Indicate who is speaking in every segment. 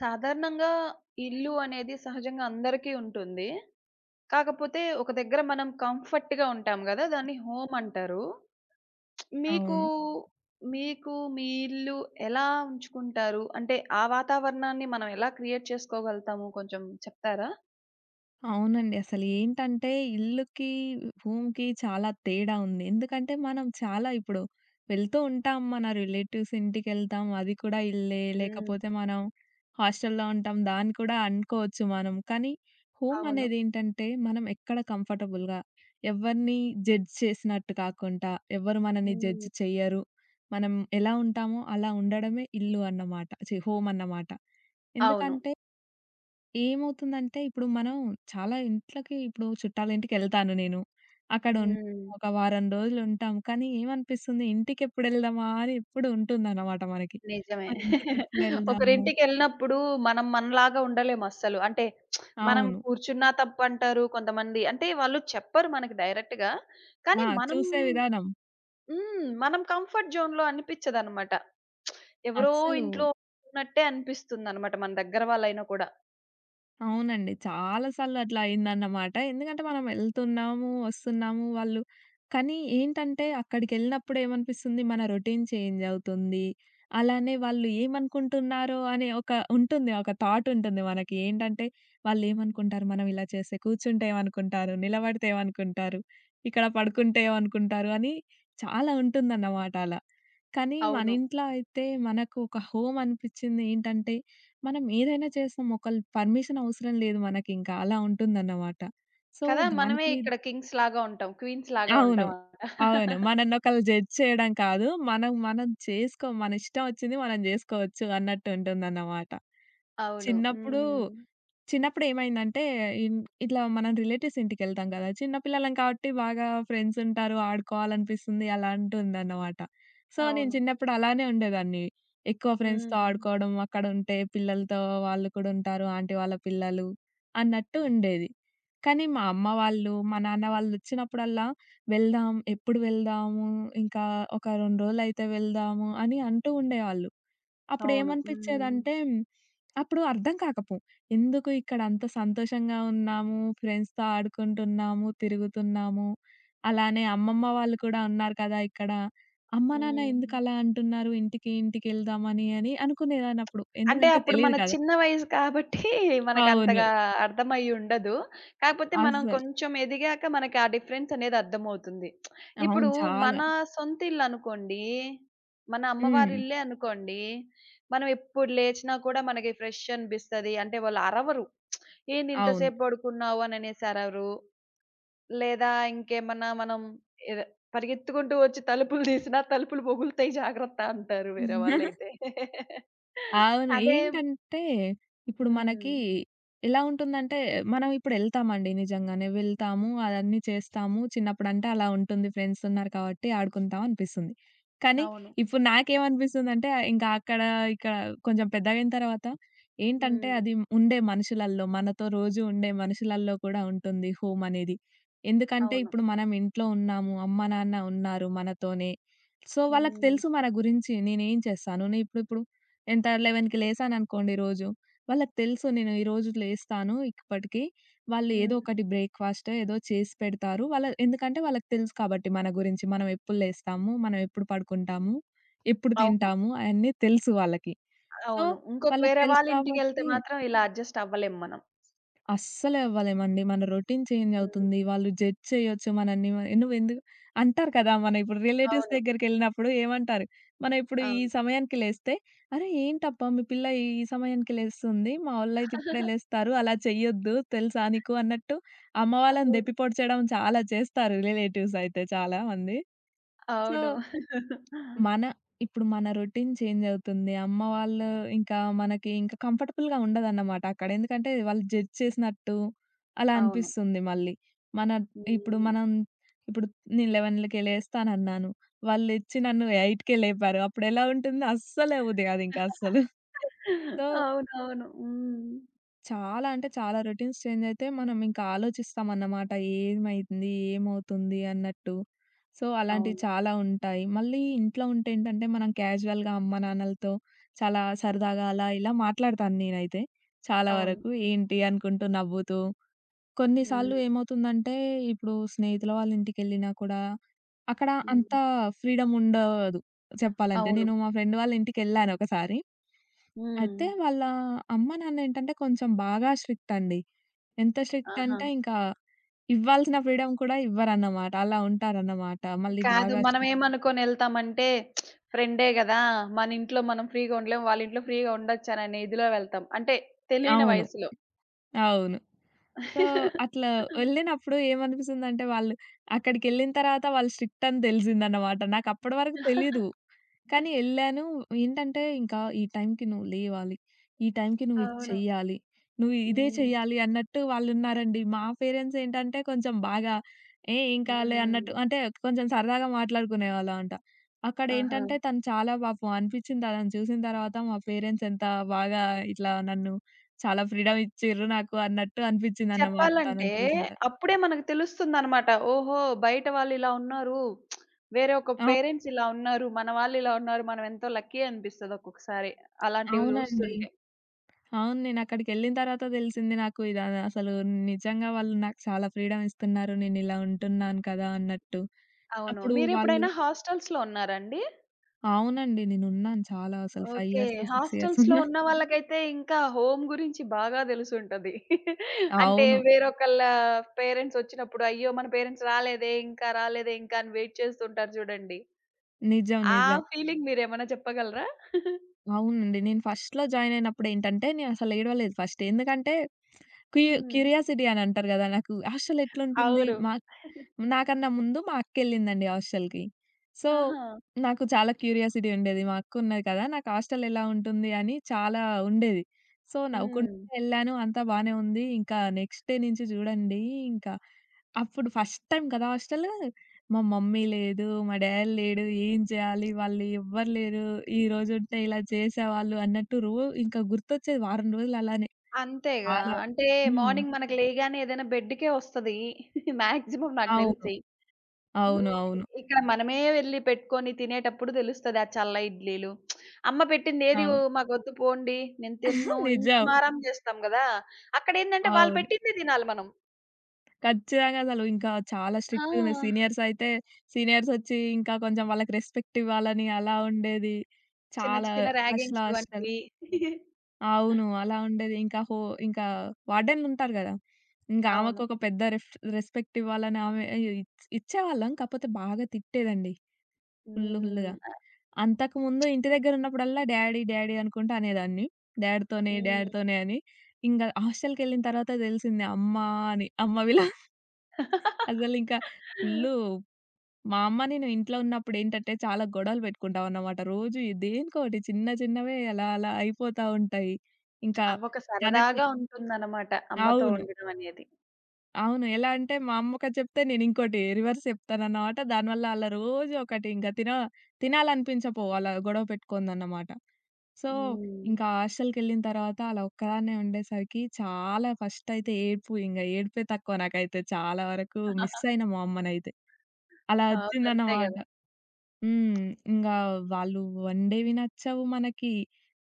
Speaker 1: సాధారణంగా ఇల్లు అనేది సహజంగా అందరికీ ఉంటుంది. కాకపోతే ఒక దగ్గర మనం కంఫర్ట్‌గా ఉంటాం గదా! దాన్ని హోమ్ అంటారు. మీకు,
Speaker 2: అవును.
Speaker 1: మీకు మీ ఇల్లు ఎలా ఉంచుకుంటారు? అంటే ఆ వాతావరణాన్ని మనం ఎలా క్రియేట్ చేసుకోగలుగుతాము కొంచెం చెప్తారా?
Speaker 2: అవునండి. అసలు ఏంటంటే ఇల్లుకి, హోమ్‌కి చాలా తేడా ఉంది. ఎందుకంటే మనం చాలా ఇప్పుడు వెళ్తూ ఉంటాం. మన రిలేటివ్స్ ఇంటికెళ్తాం. అది కూడా ఇల్లే.
Speaker 1: హ్మ్.
Speaker 2: లేకపోతే మనం హాస్టల్‌లో ఉంటాం. దాన్ని కూడా అనుకోవచ్చు మనం. కానీ హోమ్
Speaker 1: అవును.
Speaker 2: అనేదేంటంటే మనం ఎక్కడ కంఫర్టబుల్‌గా ఎవరిని జడ్జ్ చేసినట్టు కాకుండా, ఎవరు మనల్ని జడ్జ్
Speaker 1: హ్మ్.
Speaker 2: చెయ్యరు. మనం ఎలా ఉంటామో అలా ఉండడమే ఇల్లు అన్నమాట. ఛీ! హోమ్ అన్నమాట.
Speaker 1: అవును.
Speaker 2: ఎందుకంటే ఏమవుతుందంటే, ఇప్పుడు మనం చాలా ఇంట్లకి ఇప్పుడు చుట్టాలింటికెళ్తాను నేను. అక్కడుంటాం.
Speaker 1: హ్మ్.
Speaker 2: ఒక వారం రోజులుంటాం. కానీ ఏమనిపిస్తుంది, ఇంటికెప్పుడెళ్దామా అని ఎప్పుడు ఉంటుందన్నమాట మనకి.
Speaker 1: నిజమే.
Speaker 2: మరింటికెప్పుడెళ్దాము?
Speaker 1: ఒకరింటికెళ్ళినప్పుడు మనం మనలాగా ఉండలేము అస్సలు. అంటే మనం
Speaker 2: అవును.
Speaker 1: కూర్చున్నా తప్పంటారు కొంతమంది. అంటే వాళ్ళు చెప్పరు మనకి డైరెక్ట్‌గా.
Speaker 2: ఆ!
Speaker 1: కానీ మనం
Speaker 2: చూసే విధానం
Speaker 1: హ్మ్. మనం కంఫర్ట్ జోన్‌లో అనిపిచ్చదనమాట. ఎవరో
Speaker 2: అస్సలు.
Speaker 1: ఇంట్లో ఉన్నట్టే అనిపిస్తుందనమాట మన దగ్గర వాళ్ళైనా కూడా.
Speaker 2: అవునండి. చాలా సార్లు అట్లా అయిందన్నమాట. ఎందుకంటే మనం ఎళ్తున్నాము, వస్తున్నాము వాళ్ళు కానీ ఏంటంటే అక్కడికెళ్ళినప్పుడు ఏమనిపిస్తుంది మన రొటీన్ చేంజ్ అవుతుంది. అలానే వాళ్ళు ఏమనుకుంటున్నారో అనే ఒక ఉంటుంది. ఒక థాట్ ఉంటుంది మనకి. ఏంటంటే వాళ్ళేమనుకుంటారు మనం ఇలా చేస్తే? కూర్చుంటే ఏమనుకుంటారు? నిలబడితే ఏమనుకుంటారు? ఇక్కడ పడుకుంటే ఏమనుకుంటారు? అని చాలా ఉంటుందన్నమాట అలా. కానీ మన
Speaker 1: అవును.
Speaker 2: ఇంట్లో అయితే మనకు ఒక హోమ్ అనిపిచ్చింది ఏంటంటే మనం ఏదైనా చేస్తాం. ఒకళ్ళ పర్మిషన్ అవసరం లేదు మనకింకా. అలా ఉంటుందన్నమాట. సో,
Speaker 1: కదా! మనమే
Speaker 2: దానికి
Speaker 1: ఇక్కడ కింగ్స్ లాగా ఉంటాం. క్వీన్స్ లాగా
Speaker 2: అవును.
Speaker 1: ఉంటాం అన్నమాట.
Speaker 2: అవును. మననొకళ్ళు జడ్జ్ చేయడం కాదు. మనం మనం మన ఇష్టం ఒచ్చింది మనం జేసుకోవచ్చు అన్నట్టు ఉంటుందన్నమాట.
Speaker 1: అవును.
Speaker 2: చిన్నప్పుడు
Speaker 1: హ్మ్.
Speaker 2: చిన్నప్పుడేమైందంటే ఇన్ ఇట్లా మనం రిలేటివ్స్ ఇంటికెళ్తాం గదా! చిన్న పిల్లలం కాబట్టి బాగా ఫ్రెండ్స్ ఉంటారు, ఆడుకోవాలనిపిస్తుంది అలాంటివుందనమాట. సో, నేను
Speaker 1: అవును.
Speaker 2: చిన్నప్పుడు అలానే ఉండేదాన్ని. ఎక్కువ ఫ్రెండ్స్‌తో
Speaker 1: హ్మ్.
Speaker 2: ఆడుకోవడం, అక్కడుంటే పిల్లలతో వాళ్ళు కూడా ఉంటారు, ఆంటీ వాళ్ళ పిల్లలు అన్నట్టు ఉండేది. కానీ మా అమ్మ వాళ్ళు, మా నాన్న వాళ్ళొచ్చినప్పుడల్లా, "వెళ్దాం, ఎప్పుడు వెళ్దాము? ఇంకా ఒక 2 రోజులైతే వెళ్దాము" అని అంటూ ఉండేవాళ్ళు.
Speaker 1: అవును. హ్మ్.
Speaker 2: అప్పుడేమనిపిచ్చేదంటే, అప్పుడు అర్థం. ఎందుకు ఇక్కడ అంత సంతోషంగా ఉన్నాము, ఫ్రెండ్స్‌తో ఆడుకుంటున్నాము, తిరుగుతున్నాము. అలానే అమ్మమ్మ వాళ్ళు కూడా ఉన్నారు కదా ఇక్కడ. అమ్మ, నాన్న ఎందుకలా
Speaker 1: హ్మ్.
Speaker 2: అంటున్నారు ఇంటికి, ఇంటికెళ్దామని అని అనుకునేదాన్నప్పుడు.
Speaker 1: అంటే
Speaker 2: ఎందుకంటే
Speaker 1: అప్పుడు
Speaker 2: తెలీదు
Speaker 1: మన
Speaker 2: కదా!
Speaker 1: చిన్న వయసు కాబట్టి
Speaker 2: అవును.
Speaker 1: మనకంతగా అర్థమయ్యి ఉండదు. కాకపోతే మనం
Speaker 2: అస్సలు.
Speaker 1: కొంచెం ఎదిగాక మనకి ఆ డిఫరెన్స్ అనేది అర్థమవుతుంది.
Speaker 2: అవును.
Speaker 1: ఇప్పుడు
Speaker 2: చాలా.
Speaker 1: మన సొంత ఇల్లనుకోండి, మన
Speaker 2: హ్మ్.
Speaker 1: అమ్మవారి ఇల్లే అనుకోండి, మనం ఎప్పుడు లేచినా కూడా మనకి ఫ్రెష్ అనిపిస్తది. అంటే వాళ్ళు అరవరు. "ఏంటి
Speaker 2: అవును.
Speaker 1: ఇంతసేపు పడుకున్నావు" అననేసి అరవరు. లేదా ఇంకేమన్నా మనం ఏద పరిగెత్తుకుంటూ వచ్చి తలుపులు తీసినా తలుపులు పగులుతాయి జాగ్రత్త అంటారు వేరే వాళ్ళైతే.
Speaker 2: అవును.
Speaker 1: అదే
Speaker 2: ఏంటంటే, ఇప్పుడు
Speaker 1: హ్మ్.
Speaker 2: మనకి ఎలా ఉంటుందంటే, మనం ఇప్పుడెళ్తామండి నిజంగానే. వెళ్తాము, అదన్నీ చేస్తాము. చిన్నప్పుడంటే అలా ఉంటుంది. ఫ్రెండ్స్ ఉన్నారు కాబట్టి ఆడుకుంటాం అనిపిస్తుంది. కానీ
Speaker 1: అవును.
Speaker 2: ఇప్పుడు నాకేమనిపిస్తుందంటే, ఇంకా అక్కడ, ఇక్కడ కొంచెం పెద్దగయిన తర్వాత ఏంటంటే,
Speaker 1: హ్మ్.
Speaker 2: అది ఉండే మనుషులల్లో, మనతో రోజు ఉండే మనుషులల్లో కూడా ఉంటుంది హోమ్ అనేది. ఎందుకంటే,
Speaker 1: అవును.
Speaker 2: ఇప్పుడు మనం ఇంట్లో ఉన్నాము, అమ్మ, నాన్న ఉన్నారు మనతోనే. సో, వాళ్ళకి
Speaker 1: హ్మ్.
Speaker 2: తెలుసు మన గురించి. నేనేం చేస్తాను, ఇప్పుడు ఇప్పుడు ఎంత 11కి లేసాననుకోండి రోజు. వాళ్ళకి తెలుసు నేను ఈరోజు లేస్తాను ఇప్పటికి. వాళ్ళు ఏదో
Speaker 1: హ్మ్.
Speaker 2: ఒకటి బ్రేక్‌ఫాస్ట్ ఏదో చేసి పెడతారు. ఎందుకంటే వాళ్ళకి తెలుసు కాబట్టి మన గురించి. మనం ఎప్పుడు లేస్తాము, మనం ఎప్పుడు పడుకుంటాము, ఎప్పుడు
Speaker 1: అవును.
Speaker 2: తింటాము అయన్నీ తెలుసు వాళ్ళకి. సో,
Speaker 1: అవును. ఇంకొక
Speaker 2: వాళ్ళకి
Speaker 1: వేరే
Speaker 2: తెలుసు
Speaker 1: వాళ్ళ ఇంటికెళ్తే
Speaker 2: కాబట్టి
Speaker 1: మాత్రం ఇలా అడ్జస్ట్ అవ్వలేం మనం.
Speaker 2: అస్సలవ్వలేమండి. మన రొటీన్ చేంజ్
Speaker 1: హ్మ్.
Speaker 2: అవుతుంది. వాళ్ళు జడ్జ్ చేయొచ్చు మనల్ని. నువ్వెందుకు అంటారు కదా! మన ఇప్పుడు రిలేటివ్స్
Speaker 1: అవును.
Speaker 2: దగ్గరికెళ్ళినప్పుడు ఏమంటారు? మనం ఇప్పుడు ఈ
Speaker 1: అవును.
Speaker 2: సమయానికి లేస్తే, "అరే! ఏంటబ్బా! మీ పిల్ల ఈ ఈ సమయానికి లేస్తుంది. మా వోళ్ళైతే ఇప్పుడే లేస్తారు. అలా చెయ్యొద్దు తెలుసా నీకు" అన్నట్టు అమ్మ వాళ్ళని
Speaker 1: అవును.
Speaker 2: దెప్పి పొడిచడం చాలా చేస్తారు రిలేటివ్స్ అయితే చాలా మంది. సో,
Speaker 1: అవును.
Speaker 2: మన మన రొటీన్ చేంజ్ అవుతుంది. అమ్మ వాళ్ళు ఇంకా మనకి ఇంకా కంఫర్టబుల్‌గా ఉండదన్నమాట అక్కడ. ఎందుకంటే వాళ్ళు జడ్జ్ చేసినట్టు అలా
Speaker 1: అవును.
Speaker 2: అనిపిస్తుంది మళ్ళీ. మన ఇప్పుడు
Speaker 1: హ్మ్.
Speaker 2: మనం ఇప్పుడు నేను 11:00కే లేస్తానన్నాను. వాళ్ళెచ్చి నన్ను 8:00కే లేపారు. అప్పుడెలా ఉంటుంది? అస్సలే బుద్ధి కాదు ఇంకా అస్సలు. సో,
Speaker 1: అవునవును. హ్మ్.
Speaker 2: చాలా అంటే చాలా రొటీన్స్ చేంజ్ అయితే మనం ఇంకా ఆలోచిస్తామన్నమాట. ఏమైంది? ఏమవుతుంది? అన్నట్టు. సో, అలాంటివి
Speaker 1: అవును.
Speaker 2: చాలా ఉంటాయి. మళ్ళీ ఇంట్లో ఉంటే ఏంటంటే మనం క్యాజువల్‌గా అమ్మ, నాన్నలతో చాలా సరదాగా అలా ఇలా మాట్లాడతాను నేనైతే. చాలా
Speaker 1: అవును.
Speaker 2: వరకు ఏంటి అనుకుంటూ నవ్వుతూ. కొన్నిసార్లు
Speaker 1: హ్మ్.
Speaker 2: ఏమవుతుందంటే ఇప్పుడు స్నేహితుల వాళ్ళ ఇంటికెళ్ళినా కూడా అక్కడ అంత
Speaker 1: హ్మ్.
Speaker 2: ఫ్రీడమ్ ఉండదు చెప్పాలంటే.
Speaker 1: అవును.
Speaker 2: నేను మా ఫ్రెండ్ వాళ్ళ ఇంటికెళ్ళాను ఒకసారి.
Speaker 1: హ్మ్.
Speaker 2: అయితే వాళ్ళ అమ్మ, నాన్న ఏంటంటే కొంచెం బాగా స్ట్రిక్ట్ అండి. ఎంత స్ట్రిక్ట్
Speaker 1: ఆహా!
Speaker 2: అంటే ఇంకా ఇవ్వాల్సిన ఫ్రీడమ్ కూడా ఇవ్వరన్నమాట. అలా ఉంటారన్నమాట. మళ్ళీ
Speaker 1: కాదు.
Speaker 2: బాగా స్ట్రిక్ట్.
Speaker 1: మనమేమనుకోనెళ్తామంటే ఫ్రెండే గదా! మన ఇంట్లో మనం ఫ్రీగా ఉండలేం. వాళ్ళ ఇంట్లో ఫ్రీగా ఉండొచ్చననే ఇదిలో వెళ్తాం. అంటే తెలియని
Speaker 2: అవును.
Speaker 1: వయసులో.
Speaker 2: అవును. సో, అట్లా వెళ్ళినప్పుడు ఏమనిపిస్తుందంటే వాళ్ళు అక్కడికెళ్ళిన తర్వాత వాళ్ళు స్ట్రిక్ట్ అని తెలిసిందన్నమాట. నాకప్పటి వరకు తెలీదు. కానీ ఎళ్ళాను. ఏంటంటే ఇంకా ఈ టైంకి నువ్వు లేవాలి. ఈ టైంకి నువ్వు ఇది
Speaker 1: అవును.
Speaker 2: చెయ్యాలి. నువ్వు ఇదే
Speaker 1: హ్మ్.
Speaker 2: చెయ్యాలి అన్నట్టు వాళ్ళున్నారండి. మా పేరెంట్స్ ఏంటంటే కొంచెం బాగా ఏం కాదులే
Speaker 1: హ్మ్.
Speaker 2: అన్నట్టు అంటే కొంచెం సరదాగా మాట్లాడుకునేవాళ్ళమంట.
Speaker 1: ఆహా!
Speaker 2: అక్కడేంటంటే తను చాలా పాపం అనిపిచ్చింది తనని చూసిన తర్వాత మా పేరెంట్స్ ఎంత బాగా ఇట్లా నన్ను చాలా ఫ్రీడమ్ ఇచ్చిర్రు నాకు అన్నట్టు అనిపిచ్చిందన్నమాట
Speaker 1: చెప్పాలంటే
Speaker 2: తనని చూసిన.
Speaker 1: అప్పుడే మనకు తెలుస్తుందనమాట. ఓహో! బయట వాళ్ళిలా ఉన్నారు. వేరే ఒక
Speaker 2: అవు
Speaker 1: పేరెంట్స్ ఇలా ఉన్నారు. మన వాళ్ళిలా ఉన్నారు. మనమెంతో లక్కీ అనిపిస్తది ఒక్కొక్కసారి అలాంటివి
Speaker 2: అవునండి.
Speaker 1: జూస్తుంటే.
Speaker 2: అవును. నేనక్కడికెళ్ళిన తర్వాత తెలిసింది నాకు ఇది అసలు నిజంగా వాళ్ళు నాకు చాలా ఫ్రీడమ్ ఇస్తున్నారు. నేనిలా ఉంటున్నాను కదా అన్నట్టు.
Speaker 1: అవును.
Speaker 2: అప్పుడు వాళ్ళు
Speaker 1: మీరెప్పుడైనా హాస్టల్స్‌లో ఉన్నారా అండి?
Speaker 2: అవునండి. నేనున్నాను చాలా అసలు 5
Speaker 1: ఓకే.
Speaker 2: ఇయర్స్, 6 ఇయర్స్
Speaker 1: హాస్టల్స్‌లో
Speaker 2: ఉన్నా.
Speaker 1: ఉన్న వాళ్ళకైతే ఇంకా హోమ్ గురించి బాగా తెలిసుంటది. అంటే
Speaker 2: అవును.
Speaker 1: వేరొకళ్ళ పేరెంట్స్ వచ్చినప్పుడు, అయ్యో! మన పేరెంట్స్ రాలేదే, ఇంకా రాలేదే ఇంకా అని వెయిట్ చేస్తుంటారు చూడండి.
Speaker 2: నిజం.
Speaker 1: ఆ
Speaker 2: నిజం.
Speaker 1: హ్మ్. ఫీలింగ్ మీరేమన్నా చెప్పగలరా?
Speaker 2: అవునండి. నేను ఫస్ట్‌లో జాయిన్ అయినప్పుడు ఏంటంటే నేనసలు ఏడవలేదు ఫస్ట్. ఎందుకంటే క్యూ
Speaker 1: హ్మ్.
Speaker 2: క్యూరియాసిటీ అని అంటారు గదా! నాకు అసలెట్లుంటుంది?
Speaker 1: అవును.
Speaker 2: మా నాకన్నా ముందు మా అక్కెళ్ళిందండి హాస్టల్‌కి. సో,
Speaker 1: ఆహా!
Speaker 2: నాకు చాలా క్యూరియాసిటీ ఉండేది. మా అక్కున్నది కదా! నాకు హాస్టల్ ఎలా ఉంటుంది అని చాలా ఉండేది. సో, నవ్వుకుంటూ
Speaker 1: హ్మ్.
Speaker 2: ఎళ్ళాను. అంతా బానే ఉంది. ఇంకా నెక్స్ట్ డే నుంచి చూడండి ఇంకా అప్పుడు ఫస్ట్ టైమ్ కదా! హాస్టలు. మా మమ్మీ లేదు. మా డాడీ లేడు. ఏం చేయాలి? వాళ్ళు ఎవ్వరు లేరు. ఈరోజు ఉంటే ఇలా చేసేవాళ్ళు అన్నట్టు ఇంకా గుర్తొచ్చేది వారం రోజులు అలానే.
Speaker 1: అంతేగా.
Speaker 2: చాలా.
Speaker 1: అంటే
Speaker 2: హ్మ్.
Speaker 1: మార్నింగ్ మనకు లేయగానే ఏదైనా బెడ్‌కే వస్తది. మాక్సిమం నాకు
Speaker 2: అవును.
Speaker 1: తెలిసి. హ్మ్.
Speaker 2: అవును. అవును.
Speaker 1: ఇక్కడ మనమే వెళ్లి పెట్టుకొని తినేటప్పుడు తెలుస్తది. ఆ చల్ల ఇడ్లీలు. అమ్మ పెట్టిందేది ఓ
Speaker 2: అవును.
Speaker 1: మాకొద్దు పోండి. నేను తినను. ఇంత
Speaker 2: నిజం.
Speaker 1: మారాం చేస్తాం గదా! అక్కడేందంటే వాళ్ళు
Speaker 2: అవును.
Speaker 1: పెట్టిందే తినాలి మనం.
Speaker 2: ఖచ్చితంగా అసలు ఇంకా చాలా స్ట్రిక్ట్‌గుండే.
Speaker 1: ఆ!
Speaker 2: సీనియర్స్ అయితే సీనియర్సొచ్చి ఇంకా కొంచెం వాళ్ళకి రెస్పెక్ట్ ఇవ్వాలని అలా ఉండేది.
Speaker 1: చిన్న
Speaker 2: చాలా
Speaker 1: చిన్న
Speaker 2: ఫస్ట్‌లో
Speaker 1: ర్యాగింగ్స్
Speaker 2: అసలు
Speaker 1: వంటివి.
Speaker 2: అవును. అలా ఉండేది. ఇంకా ఇంకా వార్డెన్లుంటారు గదా! ఇంకా
Speaker 1: అవును.
Speaker 2: ఆమెకొక పెద్ద రెస్పెక్ట్ ఇవ్వాలని ఆమె ఇ ఇచ్ ఇచ్చేవాళ్ళం. కాకపోతే బాగా తిట్టేదండి. ఫుల్లు
Speaker 1: హ్మ్.
Speaker 2: ఫుల్లుగా.
Speaker 1: ఆ!
Speaker 2: అంతకుముందు ఇంటి దగ్గరున్నప్పుడల్లా డ్యాడీ, డ్యాడీ అనుకుంటా అనేదాన్ని. డ్యాడీతోనే,
Speaker 1: హ్మ్.
Speaker 2: డ్యాడీతోనే అని. ఇంగ హాస్టల్‌కెళ్ళిన తర్వాత తెలిసింది అమ్మా అని. అమ్మ విలువ అసలింకా ఫుల్లు. మా అమ్మ నేను ఇంట్లో ఉన్నప్పుడేంటంటే చాలా గొడవలు పెట్టుకుంటామన్నమాట. రోజు ఈ దేనికోటి చిన్న చిన్నవే అలా అలా అయిపోతా ఉంటాయి. ఇంకా
Speaker 1: అవొక
Speaker 2: తనకి
Speaker 1: సరదాగా ఉంటుందనమాట. అమ్మతో
Speaker 2: అవును.
Speaker 1: ఉండడం అనేది.
Speaker 2: అవును. ఎలా అంటే మా అమ్మ ఒకటి చెప్తే నేను ఇంకోటి రివర్స్ చెప్తానన్నమాట. దానివల్ల అలా రోజు ఒకటి ఇంకా తినాలనిపించపోవు అలా గొడవ పెట్టుకుందన్నమాట. సో,
Speaker 1: హ్మ్.
Speaker 2: ఇంకా హాస్టల్‌కెళ్ళిన తర్వాత అలా ఒక్కదాన్నే ఉండేసరికి చాలా ఫస్ట్ అయితే ఏడుపు ఇంగ ఏడుపే తక్కువ నాకైతే చాలా వరకు మిస్ అయిన మా అమ్మనైతే. అలా
Speaker 1: అవును. అంతే
Speaker 2: వచ్చిందన్నమాట.
Speaker 1: గదా!
Speaker 2: హ్మ్. ఇంగా వాళ్ళు వండేవి నచ్చవు మనకి.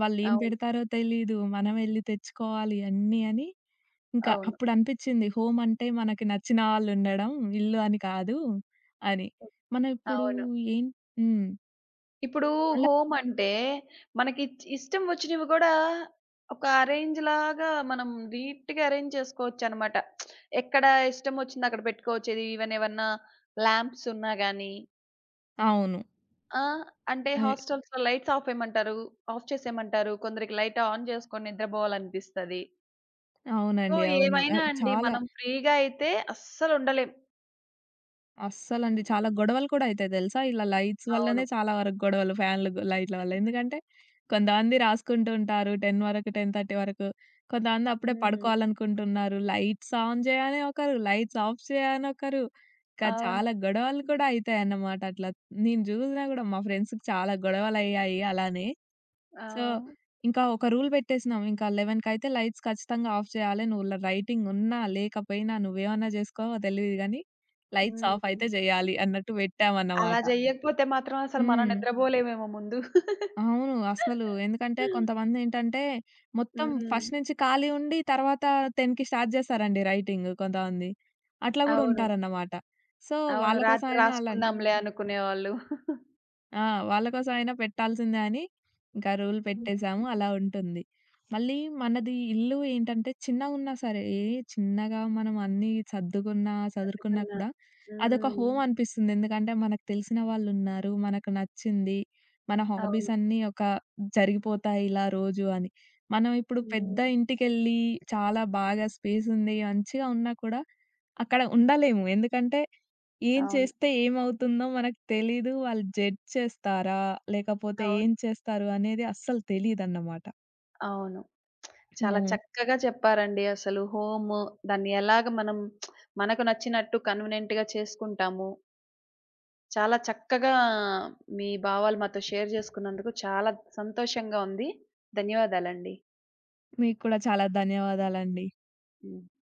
Speaker 2: వాళ్ళేం
Speaker 1: అవును.
Speaker 2: పెడతారో తెలీదు. మనం ఎళ్లి తెచ్చుకోవాలి అన్నీ అని, ఇంకా
Speaker 1: అవును.
Speaker 2: అప్పుడనిపిచ్చింది హోమ్ అంటే మనకి నచ్చిన వాళ్ళుండడం, ఇల్లు అని కాదు అని. మనం ఇప్పుడు
Speaker 1: అవును.
Speaker 2: ఏం. హ్మ్.
Speaker 1: ఇప్పుడు
Speaker 2: అలా.
Speaker 1: హోమ్ అంటే మనకి ఇష్టం వచ్చినవి గూడా ఒక అరేంజ్ లాగా మనం నీట్‌గా అరేంజ్ చేసుకోవచ్చనమాట. ఎక్కడ ఇష్టం వచ్చింది అక్కడ పెట్టుకోవచ్చు. ఇది ఈవెన్ ఏవన్నా లాంప్స్ ఉన్నా గానీ
Speaker 2: అవును.
Speaker 1: ఆ! అంటే
Speaker 2: అదే.
Speaker 1: హాస్టల్స్‌లో లైట్స్ ఆఫ్ ఏయమంటారు. ఆఫ్ చేసేయమంటారు. కొందరికి లైట్ ఆన్ చేసుకొని నిద్రబోవాలనిపిస్తది. సో,
Speaker 2: అవునండి. అవును.
Speaker 1: ఏమైనా
Speaker 2: ఆహ్,
Speaker 1: అండి
Speaker 2: చాలా.
Speaker 1: మనం ఫ్రీగా అయితే అస్సలు ఉండలేం.
Speaker 2: అస్సలండి. చాలా గొడవలు కూడా అయితాయి తెలుసా? ఇలా లైట్స్
Speaker 1: అవును.
Speaker 2: వల్లనే చాలా వరకు గొడవలు ఫ్యాన్‌లు లైట్‌ల వల్ల. ఎందుకంటే కొంతమంది రాసుకుంటూ ఉంటారు 10 వరకు, 10:30 వరకు. కొంతమంది అప్పుడే
Speaker 1: హ్మ్.
Speaker 2: పడుకోవాలనుకుంటున్నారు. లైట్స్ ఆన్ చేయని ఒకరు, లైట్స్ ఆఫ్ చేయని ఒకరు. ఇంకా
Speaker 1: అవును.
Speaker 2: చాలా గొడవలు కూడా అయితాయన్నమాట అట్లా. నేను జూసినా గూడా మా ఫ్రెండ్స్‌కి చాలా గొడవలయ్యాయి అలానే.
Speaker 1: ఆ!
Speaker 2: సో, ఇంకా ఒక రూల్ పెట్టేసినాం. ఇంకా 11కయితే లైట్స్ ఖచ్చితంగా ఆఫ్ చేయాలి. నువ్వు రైటింగ్ ఉన్నా, లేకపోయినా నువ్వేమన్నా జేసుకోవో తెలీదు గానీ, లైట్స్
Speaker 1: హ్మ్.
Speaker 2: ఆఫ్ అయితే జేయాలి అన్నట్టు
Speaker 1: అలా
Speaker 2: పెట్టామన్నమాట.
Speaker 1: జెయ్యకపోతే మాత్రం అసలు మనం
Speaker 2: హ్మ్.
Speaker 1: నిద్రబోలేమేమో ముందు.
Speaker 2: అవును. అసలు ఎందుకంటే కొంతమందేంటంటే, మొత్తం
Speaker 1: హ్మ్.
Speaker 2: ఫస్ట్ నుంచి ఖాళీ ఉండి, తర్వాత 10కి స్టార్ట్ జేస్తారండి రైటింగ్ కొంతమంది. అట్లా గూడా
Speaker 1: అవును.
Speaker 2: ఉంటారన్నమాట. సో,
Speaker 1: అవును.
Speaker 2: వాళ్ళ కోసం
Speaker 1: రాత్రి
Speaker 2: అయినా అలా.
Speaker 1: రాసుకుందాంలే అనుకునేవాళ్ళు.
Speaker 2: ఆ! వాళ్ళ కోసం అయినా పెట్టాల్సిందే అని ఇంకా రూల్
Speaker 1: హ్మ్.
Speaker 2: పెట్టేసాము. అలా ఉంటుంది. మళ్ళీ మనది ఇల్లు ఏంటంటే చిన్నగున్నా సరే, చిన్నగా మనం అన్నీ సర్దుకున్నా, సదురుకున్నా
Speaker 1: తప్పకుండా.
Speaker 2: కూడా అదొక
Speaker 1: హ్మ్.
Speaker 2: హోమ్ అనిపిస్తుంది. ఎందుకంటే మనకు తెలిసిన వాళ్ళున్నారు. మనకు నచ్చింది. మన హాబీస్
Speaker 1: అవును.
Speaker 2: అన్నీ ఒక జరిగిపోతాయి ఇలా రోజు అని. మనం ఇప్పుడు
Speaker 1: హ్మ్.
Speaker 2: పెద్ద ఇంటికెళ్ళి చాలా బాగా స్పేస్ ఉంది, మంచిగా ఉన్నా కూడా అక్కడ ఉండలేము. ఎందుకంటే ఏం
Speaker 1: అవును.
Speaker 2: చేస్తే ఏమవుతుందో మనకు తెలీదు. వాళ్ళు జడ్జ్ చేస్తారా? లేకపోతే
Speaker 1: అవును.
Speaker 2: ఏం చేస్తారు అనేది అస్సలు తెలీదన్నమాట.
Speaker 1: అవును. చాలా
Speaker 2: హ్మ్.
Speaker 1: చక్కగా చెప్పారండి అసలు హోమ్ దాన్ని ఎలాగ మనం మనకు నచ్చినట్టు కన్వీనియంట్‌గా చేసుకుంటాము. చాలా చక్కగా మీ భావాలు మాతో షేర్ జేసుకున్నందుకు చాలా సంతోషంగా ఉంది. ధన్యవాదాలండి.
Speaker 2: మీకు కూడా చాలా ధన్యవాదాలండి.
Speaker 1: హ్మ్.